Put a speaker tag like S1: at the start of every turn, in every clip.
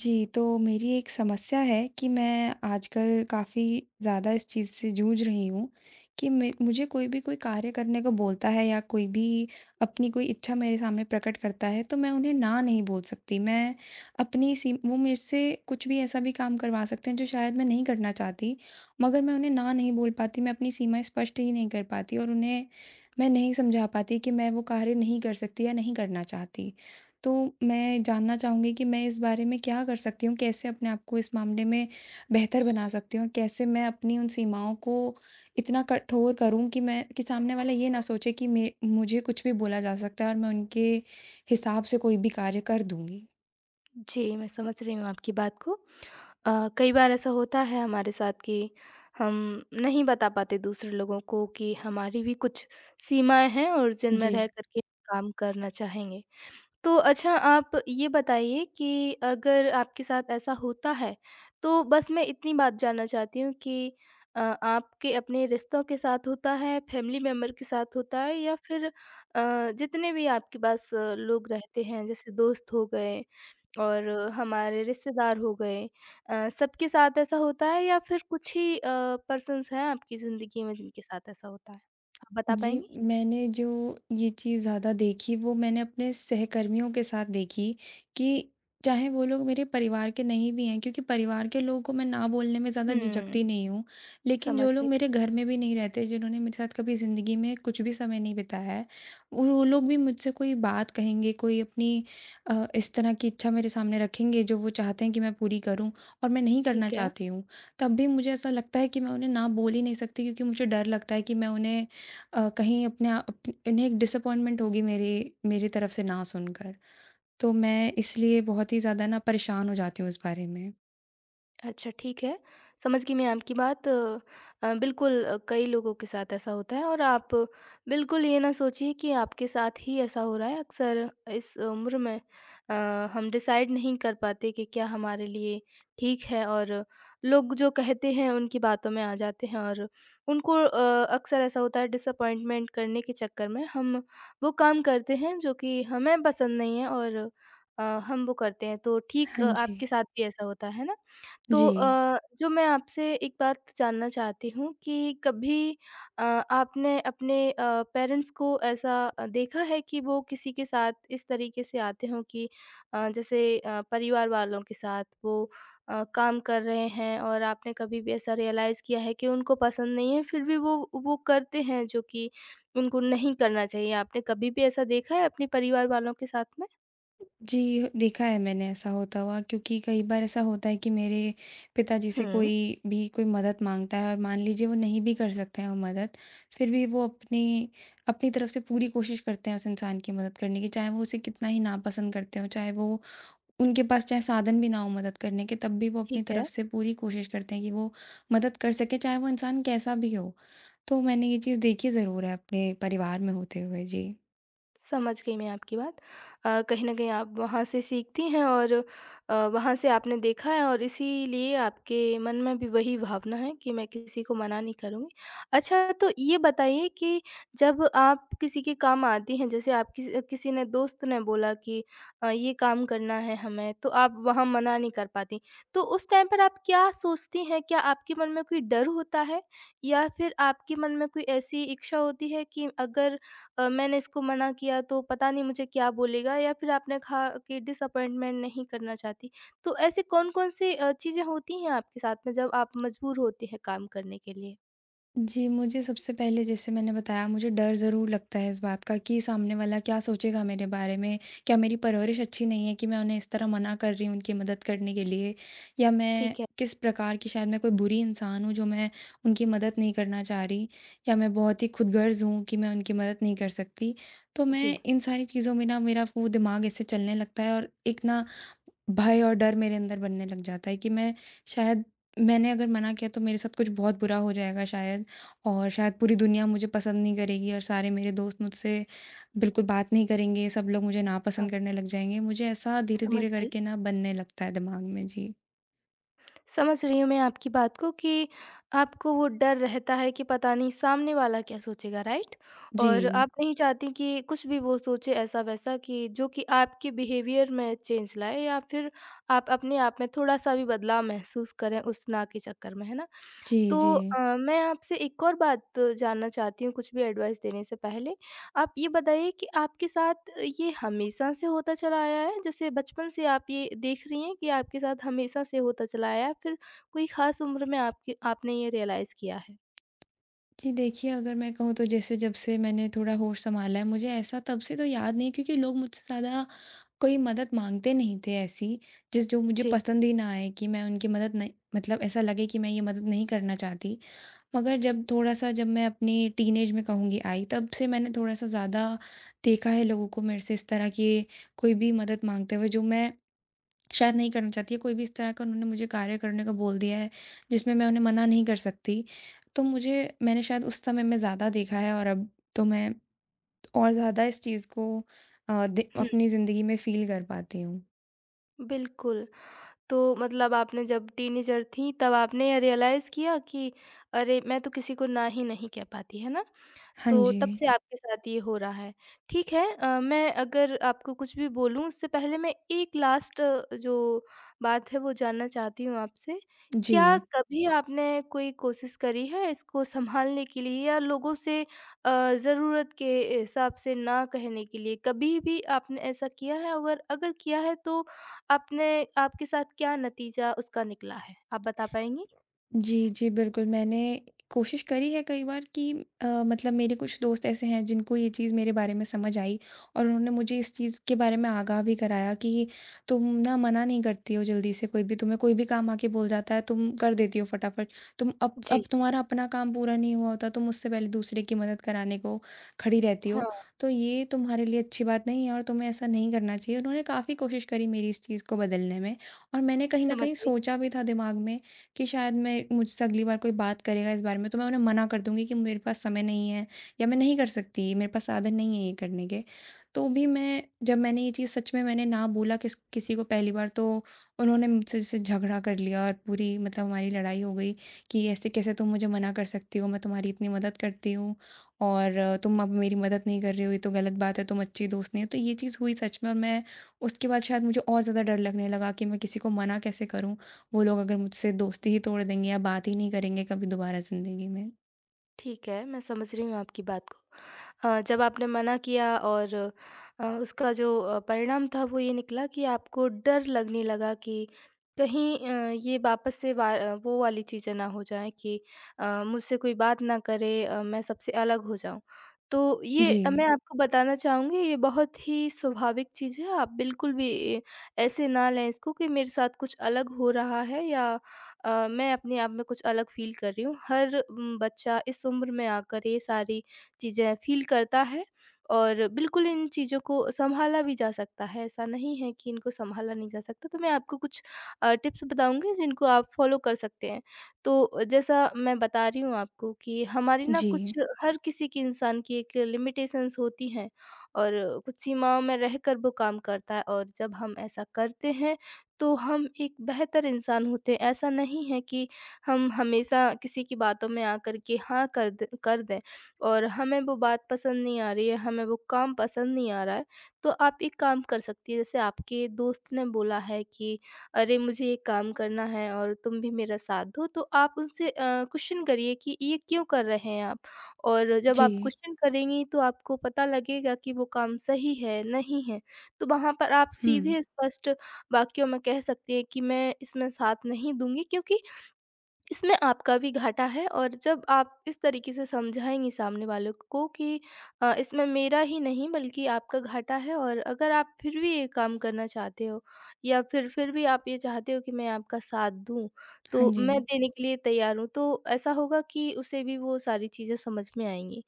S1: जी, तो मेरी एक समस्या है कि मैं आजकल काफ़ी ज़्यादा इस चीज़ से जूझ रही हूँ कि मे मुझे कोई भी कोई कार्य करने को बोलता है या कोई भी अपनी कोई इच्छा मेरे सामने प्रकट करता है, तो मैं उन्हें ना नहीं बोल सकती। मैं अपनी सीम वो मेरे से कुछ भी ऐसा भी काम करवा सकते हैं जो शायद मैं नहीं करना चाहती, मगर मैं उन्हें ना नहीं बोल पाती, मैं अपनी सीमाएँ स्पष्ट ही नहीं कर पाती और उन्हें मैं नहीं समझा पाती कि मैं वो कार्य नहीं कर सकती या नहीं करना चाहती। तो मैं जानना चाहूँगी कि मैं इस बारे में क्या कर सकती हूँ? कैसे अपने आप को इस मामले में बेहतर बना सकती हूँ? और कैसे मैं अपनी उन सीमाओं को इतना कठोर करूँ कि मैं कि सामने वाला ये ना सोचे कि मैं मुझे कुछ भी बोला जा सकता है और मैं उनके हिसाब से कोई भी कार्य कर दूँगी?
S2: जी, मैं समझ रही हूँ आपकी बात को। अ, कई बार ऐसा होता है हमारे साथ कि हम नहीं बता पाते दूसरे लोगों को कि हमारी भी कुछ सीमाएँ हैं और जिनमें
S1: जी।
S2: रह कर के काम करना चाहेंगे। तो अच्छा, आप ये बताइए कि अगर आपके साथ ऐसा होता है, तो बस मैं इतनी बात जानना चाहती हूँ कि आपके अपने रिश्तों के साथ होता है, फैमिली मेंबर के साथ होता है, या फिर जितने भी आपके पास लोग रहते हैं जैसे दोस्त हो गए और हमारे रिश्तेदार हो गए, सबके साथ ऐसा होता है, या फिर कुछ ही पर्सन्स हैं आपकी ज़िंदगी में जिनके साथ ऐसा होता है? आप बता
S1: जी,
S2: पाएँगी?
S1: मैंने जो ये चीज़ ज़्यादा देखी वो मैंने अपने सहकर्मियों के साथ देखी कि चाहे वो लोग मेरे परिवार के नहीं भी हैं, क्योंकि परिवार के लोगों को मैं ना बोलने में ज़्यादा
S2: हुँ,
S1: झिझकती नहीं हूँ। लेकिन जो
S2: समझ
S1: लोग
S2: गई।
S1: मेरे घर में भी नहीं रहते, जिन्होंने मेरे साथ कभी ज़िंदगी में कुछ भी समय नहीं बिताया है, वो लोग भी मुझसे कोई बात कहेंगे, कोई अपनी इस तरह की इच्छा मेरे सामने रखेंगे जो वो चाहते हैं कि मैं पूरी करूँ और मैं नहीं करना
S2: ठीक है।
S1: चाहती हूँ। तब भी मुझे ऐसा लगता है कि मैं उन्हें ना बोल ही नहीं सकती, क्योंकि मुझे डर लगता है कि मैं उन्हें कहीं अपने आप अप इन्हें एक डिसअपॉइंटमेंट होगी मेरी मेरी तरफ से ना सुनकर। तो मैं इसलिए बहुत ही ज़्यादा ना परेशान हो जाती हूँ इस बारे में।
S2: अच्छा, ठीक है। समझ गई मैं आपकी बात। बिल्कुल। कई लोगों के साथ ऐसा होता है, और आप बिल्कुल ये ना सोचिए कि आपके साथ ही ऐसा हो रहा है। अक्सर इस उम्र में अ, हम डिसाइड नहीं कर पाते कि क्या हमारे लिए ठीक है, और लोग जो कहते हैं उनकी बातों में आ जाते हैं, और उनको अक्सर ऐसा होता है, डिसअपॉइंटमेंट करने के चक्कर में हम वो काम करते हैं जो कि हमें पसंद नहीं है, और हम वो करते हैं। तो ठीक,
S1: हाँ जी।
S2: आपके साथ भी ऐसा होता है ना? तो
S1: जी।
S2: जो मैं आपसे एक बात जानना चाहती हूँ कि कभी आपने अपने पेरेंट्स को ऐसा देखा है कि वो किसी के साथ इस तरीके से आते हों कि जैसे परिवार वालों के साथ वो काम कर रहे हैं, और आपने कभी भी ऐसा रियलाइज़ किया है कि उनको पसंद नहीं है फिर भी वो करते हैं जो कि उनको नहीं करना चाहिए? आपने कभी भी ऐसा देखा है अपने परिवार वालों के साथ में?
S1: जी, देखा है मैंने ऐसा होता हुआ, क्योंकि कई बार ऐसा होता है कि मेरे पिताजी से कोई
S2: हुँ।
S1: भी कोई मदद माँगता है और मान लीजिए वो नहीं भी कर सकते हैं वो मदद, फिर भी वो अपनी अपनी तरफ से पूरी कोशिश करते हैं उस इंसान की मदद करने की, चाहे वो उसे कितना ही नापसंद करते हों, चाहे वो उनके पास चाहे साधन भी ना हो मदद करने के, तब भी वो अपनी
S2: ठीक है।
S1: तरफ से पूरी कोशिश करते हैं कि वो मदद कर सकें, चाहे वो इंसान कैसा भी हो। तो मैंने ये चीज़ देखी ज़रूर है अपने परिवार में होते हुए। जी।
S2: समझ गई मैं आपकी बात। कहीं न कहीं आप वहाँ से सीखती हैं, और वहाँ से आपने देखा है, और इसीलिए आपके मन में भी वही भावना है कि मैं किसी को मना नहीं करूँगी। अच्छा, तो ये बताइए कि जब आप किसी के काम आती हैं, जैसे आप किसी किसी ने दोस्त ने बोला कि ये काम करना है हमें, तो आप वहाँ मना नहीं कर पातीं। तो उस टाइम पर आप क्या सोचती हैं? क्या आपके मन में कोई डर होता है? या फिर आपके मन में कोई ऐसी इच्छा होती है कि अगर मैंने इसको मना किया तो पता नहीं मुझे क्या बोलेगा, या फिर आपने कहा कि डिसअपॉइंटमेंट नहीं करना चाहती। तो ऐसी कौन-कौन सी चीज़ें होती हैं आपके साथ में जब आप मजबूर होते हैं काम करने के लिए?
S1: जी, मुझे सबसे पहले जैसे मैंने बताया मुझे डर ज़रूर लगता है इस बात का कि सामने वाला क्या सोचेगा मेरे बारे में? क्या मेरी परवरिश अच्छी नहीं है कि मैं उन्हें इस तरह मना कर रही हूँ उनकी मदद करने के लिए? या मैं
S2: ठीक है।
S1: किस प्रकार की शायद मैं कोई बुरी इंसान हूँ जो मैं उनकी मदद नहीं करना चाह रही? या मैं बहुत ही खुदगर्ज़ हूँ कि मैं उनकी मदद नहीं कर सकती? तो
S2: जी,
S1: मैं इन सारी चीज़ों में ना मेरा वो दिमाग ऐसे चलने लगता है और एक ना भय और डर मेरे अंदर बनने लग जाता है कि शायद मैंने अगर मना किया तो मेरे साथ कुछ बहुत बुरा हो जाएगा शायद। और शायद पूरी दुनिया मुझे पसंद नहीं करेगी और सारे मेरे दोस्त मुझसे बिल्कुल बात नहीं करेंगे, सब लोग मुझे
S2: हाँ,
S1: नापसंद करने लग जाएँगे। मुझे ऐसा
S2: समझ
S1: धीरे-धीरे
S2: गई।
S1: करके ना बनने लगता है दिमाग में। जी।
S2: समझ रही हूँ मैं आपकी बात को कि आपको वो डर रहता है कि पता नहीं सामने वाला क्या सोचेगा, राइट?
S1: जी।
S2: और आप नहीं चाहती कि कुछ भी वो सोचे ऐसा-वैसा कि जो कि आपके बिहेवियर में चेंज लाए, या फिर आप अपने आप में थोड़ा-सा भी बदलाव महसूस करें उस ना के चक्कर में, है ना?
S1: जी,
S2: तो
S1: जी।
S2: मैं आपसे एक और बात जानना चाहती हूँ कुछ भी एडवाइस देने से पहले। आप ये बताइए कि आपके साथ ये हमेशा से होता चला आया है? जैसे बचपन से आप ये देख रही हैं कि आपके साथ हमेशा से होता चला आया है, फिर कोई ख़ास उम्र में आपकी आपने ये रियलाइज़ किया है?
S1: जी, देखिए अगर मैं कहूँ तो जैसे जब से मैंने थोड़ा होश सँभाला है, मुझे ऐसा तब से तो याद नहीं, क्योंकि लोग मुझसे ज़्यादा कोई मदद माँगते नहीं थे ऐसी, जिस जो मुझे
S2: जी।
S1: पसंद ही ना आए कि मैं उनकी मदद नहीं, मतलब ऐसा लगे कि मैं ये मदद नहीं करना चाहती। मगर जब मैं अपनी टीनेज में कहूँगी आई, तब से मैंने थोड़ा-सा ज़्यादा देखा है लोगों को मेरे से इस तरह की कोई भी मदद माँगते हुए जो मैं शायद नहीं करना चाहती है, कोई भी इस तरह का उन्होंने मुझे कार्य करने को बोल दिया है, जिसमें मैं उन्हें मना नहीं कर सकती। तो मुझे मैंने शायद उस समय में ज़्यादा देखा है और अब तो मैं और ज़्यादा इस चीज़ को अ, दे
S2: हुँ,
S1: अपनी ज़िंदगी में फ़ील कर पाती हूँ।
S2: बिल्कुल। तो मतलब आपने जब टीनेजर थीं तब आपने ये रियलाइज़ किया कि अरे! मैं तो किसी को ना ही नहीं कह पाती, है ना?
S1: हाँ
S2: तो
S1: जी।
S2: तब से आपके साथ ये हो रहा है। ठीक है, मैं अगर आपको कुछ भी बोलूँ उससे पहले मैं एक लास्ट जो बात है वो जानना चाहती हूँ आपसे।
S1: जी।
S2: क्या कभी आपने कोई कोशिश करी है इसको सँभालने के लिए, या लोगों से ज़रूरत के हिसाब से ना कहने के लिए? कभी भी आपने ऐसा किया है? अगर अगर किया है तो आपने आपके साथ क्या नतीजा उसका निकला है? आप बता पाएँगी?
S1: जी, जी, बिल्कुल, मैंने कोशिश करी है कई बार कि मतलब मेरे कुछ दोस्त ऐसे हैं जिनको ये चीज़ मेरे बारे में समझ आई और उन्होंने मुझे इस चीज़ के बारे में आगाह भी कराया कि तुम ना मना नहीं करती हो जल्दी से, कोई भी तुम्हें कोई भी काम आके बोल जाता है, तुम कर देती हो फटाफट। तुम अब
S2: जी,
S1: तुम्हारा अपना काम पूरा नहीं हुआ होता, तुम उससे पहले दूसरे की मदद कराने को खड़ी रहती
S2: हाँ,
S1: हो, तो ये तुम्हारे लिए अच्छी बात नहीं है और तुम्हें ऐसा नहीं करना चाहिए। उन्होंने काफ़ी कोशिश करी मेरी इस चीज़ को बदलने में और मैंने कहीं न
S2: समझ
S1: कहीं
S2: गई।
S1: सोचा भी था दिमाग में कि शायद मैं मुझसे अगली बार कोई बात करेगा इस बारे में तो मैं उन्हें मना कर दूँगी कि मेरे पास समय नहीं है या मैं नहीं कर सकती, मेरे पास साधन नहीं है ये करने के। तो भी मैं जब मैंने ये चीज़ सच में मैंने ना बोला किसी को पहली बार, तो उन्होंने मुझसे जैसे झगड़ा कर लिया और पूरी मतलब हमारी लड़ाई हो गई कि ऐसे कैसे तुम मुझे मना कर सकती हो, मैं तुम्हारी इतनी मदद करती हूँ और तुम अब मेरी मदद नहीं कर रही हो, ये तो गलत बात है, तुम अच्छी दोस्त नहीं हो। तो ये चीज़ हुई सच में और मैं उसके बाद शायद मुझे और ज़्यादा डर लगने लगा कि मैं किसी को मना कैसे करूँ? वो लोग अगर मुझसे दोस्ती ही तोड़ देंगे या बात ही नहीं करेंगे कभी दोबारा ज़िंदगी में।
S2: ठीक है, मैं समझ रही हूँ आपकी बात को। जब आपने मना किया, और उसका जो परिणाम था वो ये निकला कि आपको डर लगने लगा कि कहीं ये वापस से वो वाली चीज़ें ना हो जाएँ कि मुझसे कोई बात ना करे, मैं सबसे अलग हो जाऊँ। तो ये मैं
S1: जी,
S2: आपको बताना चाहूँगी, ये बहुत ही स्वाभाविक चीज़ है, आप बिल्कुल भी ऐसे ना लें इसको कि मेरे साथ कुछ अलग हो रहा है, या मैं अपने आप में कुछ अलग फ़ील कर रही हूँ। हर बच्चा इस उम्र में आकर ये सारी चीज़ें फ़ील करता है, और बिल्कुल इन चीज़ों को सँभाला भी जा सकता है, ऐसा नहीं है कि इनको सँभाला नहीं जा सकता। तो मैं आपको कुछ टिप्स बताऊँगी जिनको आप फ़ॉलो कर सकते हैं। तो जैसा मैं बता रही हूँ आपको कि हमारी ना
S1: जी,
S2: कुछ, हर किसी की, इंसान की एक लिमिटेशंस होती हैं, और कुछ सीमाओं में रहकर वो काम करता है, और जब हम ऐसा करते हैं तो हम एक बेहतर इंसान होते हैं। ऐसा नहीं है कि हम हमेशा किसी की बातों में आकर के हाँ कर दें, और हमें वो बात पसंद नहीं आ रही है, हमें वो काम पसंद नहीं आ रहा है। तो आप एक काम कर सकती हैं, जैसे आपके दोस्त ने बोला है कि अरे! मुझे ये काम करना है और तुम भी मेरा साथ दो, तो आप उनसे क्वेश्चन करिए कि ये क्यों कर रहे हैं आप? और जब आप
S1: जी।
S2: क्वेश्चन करेंगी तो आपको पता लगेगा कि वो काम सही है, नहीं है। तो वहाँ पर आप
S1: हुँ।
S2: सीधे स्पष्ट वाक़ियों में कह सकती है कि मैं इसमें साथ नहीं दूँगी, क्योंकि इसमें आपका भी घाटा है। और जब आप इस तरीके से समझाएँगी सामने वालों को कि इसमें मेरा ही नहीं, बल्कि आपका घाटा है, और अगर आप फिर भी ये काम करना चाहते हो, या फिर भी आप ये चाहते हो कि मैं आपका साथ दूँ,
S1: हाँ
S2: तो
S1: जी।
S2: मैं देने के लिए तैयार हूँ। तो ऐसा होगा कि उसे भी वो सारी चीज़ें समझ में आएँगी।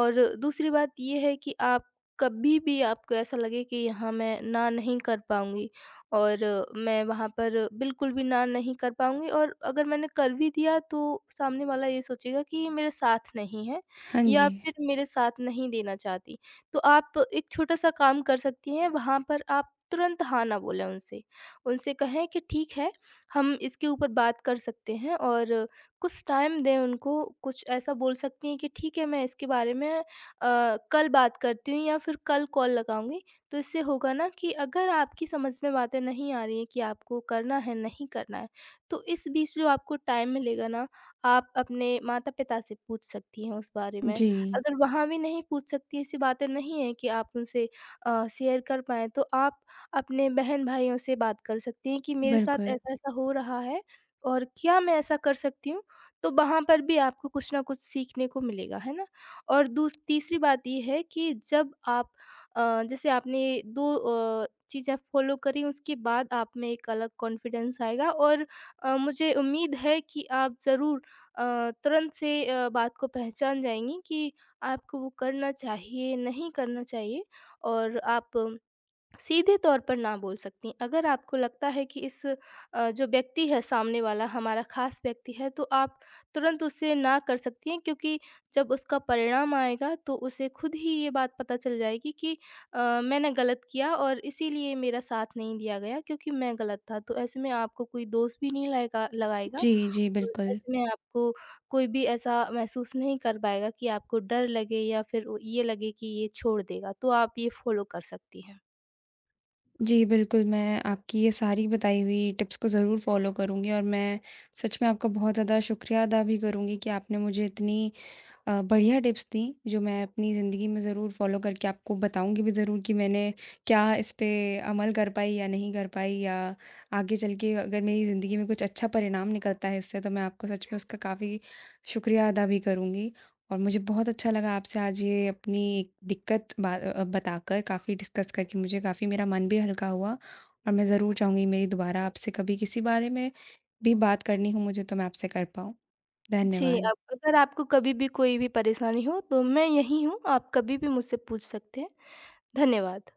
S2: और दूसरी बात ये है कि आप, कभी भी आपको ऐसा लगे कि यहाँ मैं ना नहीं कर पाऊँगी, और मैं वहाँ पर बिल्कुल भी ना नहीं कर पाऊँगी, और अगर मैंने कर भी दिया तो सामने वाला ये सोचेगा कि ये मेरे साथ नहीं है,
S1: हाँ
S2: या
S1: जी।
S2: फिर मेरे साथ नहीं देना चाहती। तो आप एक छोटा-सा काम कर सकती हैं, वहाँ पर आप तुरंत हाँ ना बोलें उनसे। उनसे कहें कि ठीक है, हम इसके ऊपर बात कर सकते हैं, और कुछ टाइम दें उनको। कुछ ऐसा बोल सकती हैं कि ठीक है, मैं इसके बारे में कल बात करती हूँ या फिर कल कॉल लगाऊँगी। तो इससे होगा ना कि अगर आपकी समझ में बातें नहीं आ रही हैं कि आपको करना है, नहीं करना है, तो इस बीच जो आपको टाइम मिलेगा ना, आप अपने माता-पिता से पूछ सकती हैं उस बारे में।
S1: जी,
S2: अगर वहाँ भी नहीं पूछ सकती, ऐसी बातें नहीं हैं कि आप उनसे शेयर कर पाएँ, तो आप अपने बहन-भाइयों से बात कर सकती हैं कि मेरे साथ
S1: बिल्कुल।
S2: ऐसा-ऐसा हो रहा है, और क्या मैं ऐसा कर सकती हूँ? तो वहाँ पर भी आपको कुछ न कुछ सीखने को मिलेगा, है ना? और दूस तीसरी बात ये है कि जब आप जैसे आपने 2 चीज़ें फ़ॉलो करी, उसके बाद आप में एक अलग कॉन्फिडेंस आएगा, और मुझे उम्मीद है कि आप ज़रूर अ, तुरंत से बात को पहचान जाएँगी कि आपको वो करना चाहिए, नहीं करना चाहिए, और आप सीधे तौर पर ना बोल सकतीं। अगर आपको लगता है कि इस जो व्यक्ति है सामने वाला, हमारा ख़ास व्यक्ति है, तो आप तुरंत उससे ना कर सकती हैं, क्योंकि जब उसका परिणाम आएगा तो उसे खुद ही ये बात पता चल जाएगी कि मैंने गलत किया, और इसीलिए मेरा साथ नहीं दिया गया क्योंकि मैं गलत था। तो ऐसे में आपको कोई दोष भी नहीं लाएगा लगाएगा,
S1: जी, जी,
S2: और
S1: बिल्कुल।
S2: ऐसे में आपको कोई भी ऐसा महसूस नहीं कर पाएगा कि आपको डर लगे या फिर वो ये लगे कि ये छोड़ देगा। तो आप ये फ़ॉलो कर सकती हैं।
S1: जी, बिल्कुल, मैं आपकी ये सारी बताई हुई टिप्स को ज़रूर फ़ॉलो करूँगी और मैं सच में आपका बहुत ज़्यादा शुक्रिया अदा भी करूँगी कि आपने मुझे इतनी बढ़िया टिप्स दी जो मैं अपनी ज़िंदगी में ज़रूर फ़ॉलो करके आपको बताऊँगी भी ज़रूर कि मैंने क्या इस पे अमल कर पाई या नहीं कर पाई, या आगे चल के अगर मेरी ज़िंदगी में कुछ अच्छा परिणाम निकलता है इससे, तो मैं आपको सच में उसका काफ़ी शुक्रिया अदा भी करूँगी। और मुझे बहुत अच्छा लगा आपसे आज ये अपनी एक दिक्कत बताकर, काफ़ी डिस्कस करके मुझे काफ़ी मेरा मन भी हल्का हुआ और मैं ज़रूर चाहूँगी मेरी दोबारा आपसे कभी किसी बारे में भी बात करनी हो मुझे, तो मैं आपसे कर पाऊँ।
S2: जी,
S1: धन्यवाद।
S2: अब अगर आपको कभी भी कोई भी परेशानी हो तो मैं यहीं हूँ, आप कभी भी मुझसे पूछ सकते हैं। धन्यवाद।